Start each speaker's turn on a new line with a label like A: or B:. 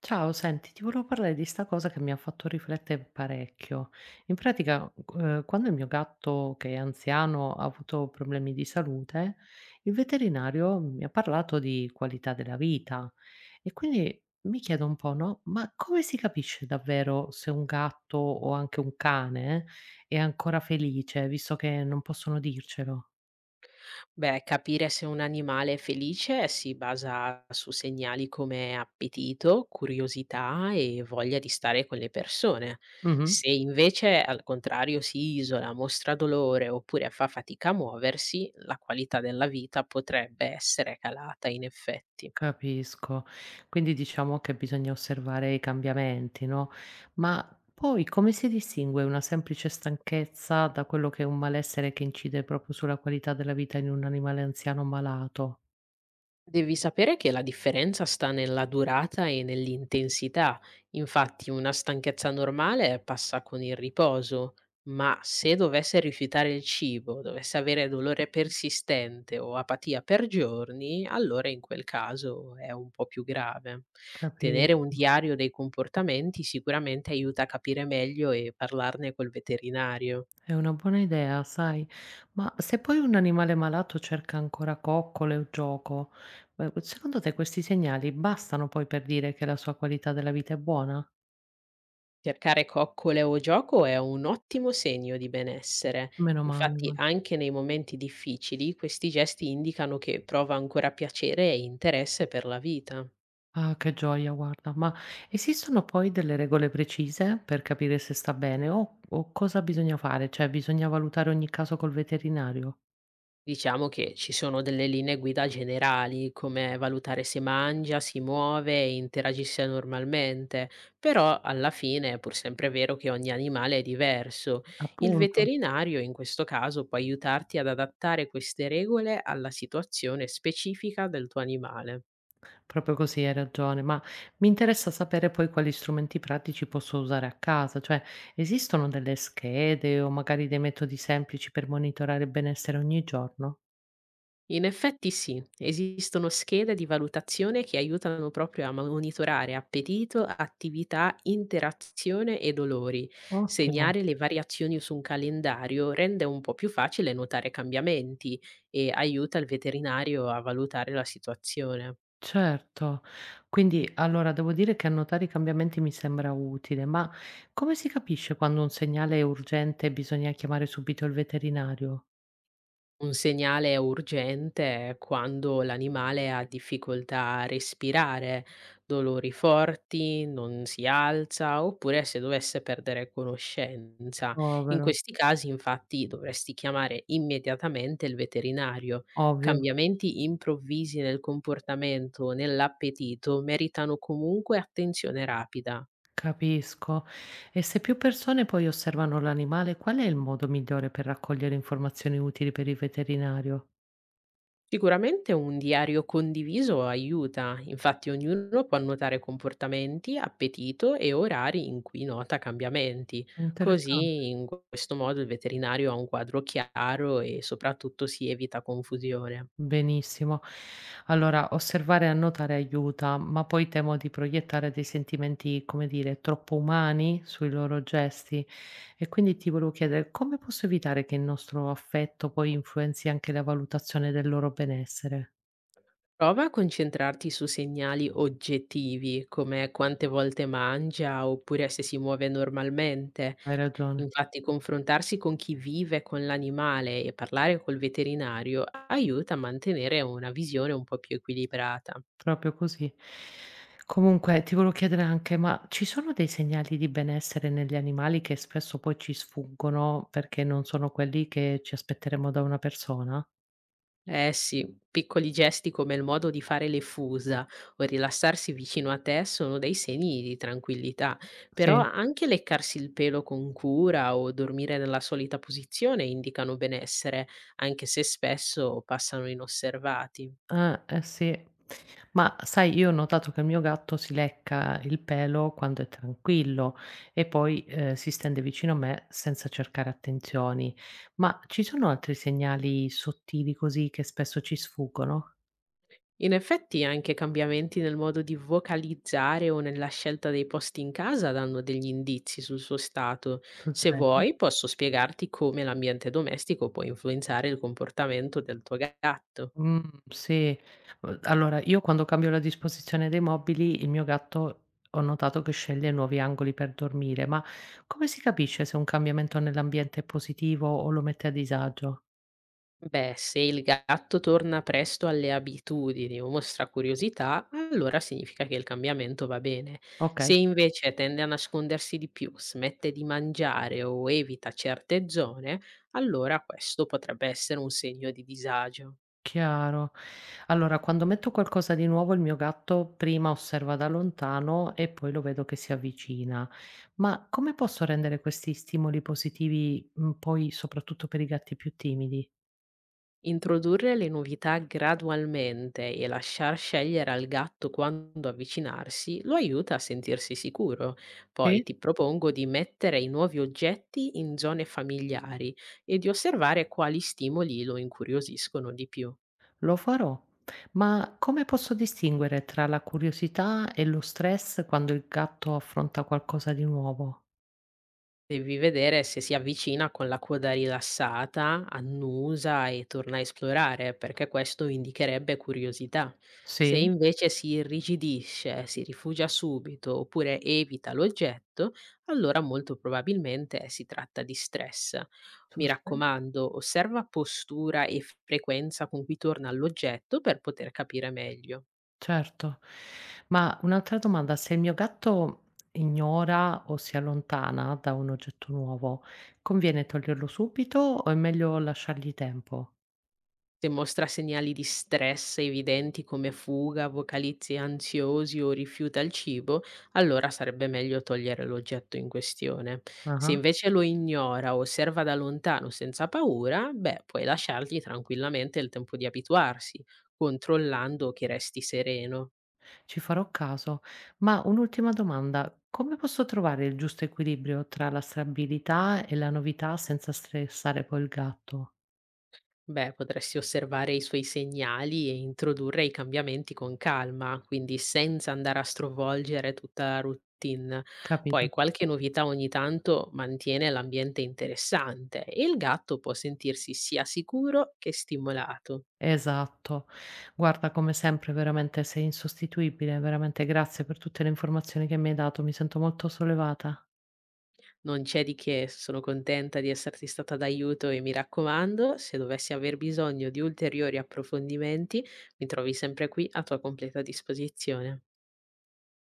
A: Ciao, senti, ti volevo parlare di sta cosa che mi ha fatto riflettere parecchio. In pratica, quando il mio gatto, che è anziano, ha avuto problemi di salute, il veterinario mi ha parlato di qualità della vita e quindi mi chiedo un po', no? Ma come si capisce davvero se un gatto o anche un cane è ancora felice, visto che non possono dircelo?
B: Beh, capire se un animale è felice si basa su segnali come appetito, curiosità e voglia di stare con le persone.
A: Mhm.
B: Se invece al contrario si isola, mostra dolore oppure fa fatica a muoversi, la qualità della vita potrebbe essere calata in effetti.
A: Capisco. Quindi diciamo che bisogna osservare i cambiamenti, no, ma poi come si distingue una semplice stanchezza da quello che è un malessere che incide proprio sulla qualità della vita in un animale anziano malato?
B: Devi sapere che la differenza sta nella durata e nell'intensità. Infatti, una stanchezza normale passa con il riposo, ma se dovesse rifiutare il cibo, dovesse avere dolore persistente o apatia per giorni, allora in quel caso è un po' più grave.
A: Capi
B: Tenere un diario dei comportamenti sicuramente aiuta a capire meglio e parlarne col veterinario.
A: è una buona idea, sai, ma se poi un animale malato cerca ancora coccole o gioco, secondo te questi segnali bastano poi per dire che la sua qualità della vita è buona?
B: Cercare coccole o gioco è un ottimo segno di benessere.
A: Meno male,
B: Infatti,
A: gua
B: anche nei momenti difficili, questi gesti indicano che prova ancora piacere e interesse per la vita.
A: Ah, che gioia guarda, ma esistono poi delle regole precise per capire se sta bene o cosa bisogna fare? Cioè bisogna valutare ogni caso col veterinario?
B: Diciamo che ci sono delle linee guida generali, come valutare se mangia, si muove e interagisce normalmente, però alla fine è pur sempre vero che ogni animale è diverso. Il
A: Appunto,
B: veterinario in questo caso può aiutarti ad adattare queste regole alla situazione specifica del tuo animale.
A: proprio così, hai ragione, ma mi interessa sapere poi quali strumenti pratici posso usare a casa, cioè esistono delle schede o magari dei metodi semplici per monitorare il benessere ogni giorno?
B: In effetti sì, esistono schede di valutazione che aiutano proprio a monitorare appetito, attività, interazione e dolori.
A: Ottimo.
B: Segnare le variazioni su un calendario rende un po' più facile notare cambiamenti e aiuta il veterinario a valutare la situazione.
A: Certo. Quindi allora devo dire che annotare i cambiamenti mi sembra utile, ma come si capisce quando un segnale è urgente e bisogna chiamare subito il veterinario?
B: Un segnale urgente è quando l'animale ha difficoltà a respirare, dolori forti, non si alza oppure se dovesse perdere conoscenza. In
A: Povero,
B: questi casi infatti dovresti chiamare immediatamente il veterinario.
A: ovvio,
B: Cambiamenti improvvisi nel comportamento o nell'appetito meritano comunque attenzione rapida.
A: capisco. E se più persone poi osservano l'animale, qual è il modo migliore per raccogliere informazioni utili per il veterinario?
B: Sicuramente un diario condiviso aiuta, infatti ognuno può annotare comportamenti, appetito e orari in cui nota cambiamenti, così
A: Interessante.
B: in questo modo il veterinario ha un quadro chiaro e soprattutto si evita confusione.
A: Benissimo. Allora, osservare e annotare aiuta, ma poi temo di proiettare dei sentimenti, come dire, troppo umani sui loro gesti. E quindi ti volevo chiedere come posso evitare che il nostro affetto poi influenzi anche la valutazione del loro benessere?
B: Prova a concentrarti su segnali oggettivi, come quante volte mangia oppure se si muove normalmente.
A: Hai ragione,
B: Infatti confrontarsi con chi vive con l'animale e parlare col veterinario aiuta a mantenere una visione un po' più equilibrata.
A: proprio così. Comunque, ti volevo chiedere anche, ma ci sono dei segnali di benessere negli animali che spesso poi ci sfuggono perché non sono quelli che ci aspetteremo da una persona?
B: Eh sì, piccoli gesti come il modo di fare le fusa o rilassarsi vicino a te sono dei segni di tranquillità, però
A: Sì.
B: anche leccarsi il pelo con cura o dormire nella solita posizione indicano benessere, anche se spesso passano inosservati.
A: Eh sì. Ma sai, io ho notato che il mio gatto si lecca il pelo quando è tranquillo e poi, si stende vicino a me senza cercare attenzioni. Ma ci sono altri segnali sottili così che spesso ci sfuggono?
B: In effetti anche cambiamenti nel modo di vocalizzare o nella scelta dei posti in casa danno degli indizi sul suo stato.
A: Sul
B: Se
A: serio?
B: vuoi, posso spiegarti come l'ambiente domestico può influenzare il comportamento del tuo gatto.
A: Mh, sì. Allora io quando cambio la disposizione dei mobili, il mio gatto ho notato che sceglie nuovi angoli per dormire, ma come si capisce se un cambiamento nell'ambiente è positivo o lo mette a disagio?
B: Beh, se il gatto torna presto alle abitudini o mostra curiosità, allora significa che il cambiamento va bene. Se
A: Okay.
B: invece tende a nascondersi di più, smette di mangiare o evita certe zone, allora questo potrebbe essere un segno di disagio.
A: Chiaro. Allora, quando metto qualcosa di nuovo, il mio gatto prima osserva da lontano e poi lo vedo che si avvicina. Ma come posso rendere questi stimoli positivi, poi soprattutto per i gatti più timidi?
B: Introdurre le novità gradualmente e lasciar scegliere al gatto quando avvicinarsi lo aiuta a sentirsi sicuro. Poi
A: Sì.
B: ti propongo di mettere i nuovi oggetti in zone familiari e di osservare quali stimoli lo incuriosiscono di più.
A: Lo farò. Ma come posso distinguere tra la curiosità e lo stress quando il gatto affronta qualcosa di nuovo?
B: Devi vedere se si avvicina con la coda rilassata, annusa e torna a esplorare, perché questo indicherebbe curiosità. Se
A: Sì.
B: invece si irrigidisce, si rifugia subito oppure evita l'oggetto, allora molto probabilmente si tratta di stress. Mi
A: Tu sai?
B: raccomando, osserva postura e frequenza con cui torna all'oggetto per poter capire meglio.
A: Certo. Ma un'altra domanda: se il mio gatto ignora o si allontana da un oggetto nuovo, conviene toglierlo subito o è meglio lasciargli tempo?
B: Se mostra segnali di stress evidenti come fuga, vocalizzi ansiosi o rifiuta il cibo, allora sarebbe meglio togliere l'oggetto in questione. Se
A: Ah-ah,
B: invece lo ignora o osserva da lontano senza paura, beh, puoi lasciargli tranquillamente il tempo di abituarsi, controllando che resti sereno.
A: ci farò caso. Ma un'ultima domanda: come posso trovare il giusto equilibrio tra la stabilità e la novità senza stressare poi il gatto?
B: Beh, potresti osservare i suoi segnali e introdurre i cambiamenti con calma, quindi senza andare a stravolgere tutta la routine. Poi
A: Capito?
B: qualche novità ogni tanto mantiene l'ambiente interessante e il gatto può sentirsi sia sicuro che stimolato.
A: Esatto. Guarda, come sempre veramente sei insostituibile, veramente grazie per tutte le informazioni che mi hai dato, mi sento molto sollevata.
B: Non c'è di che, sono contenta di esserti stata d'aiuto e mi raccomando, se dovessi aver bisogno di ulteriori approfondimenti, mi trovi sempre qui a tua completa disposizione.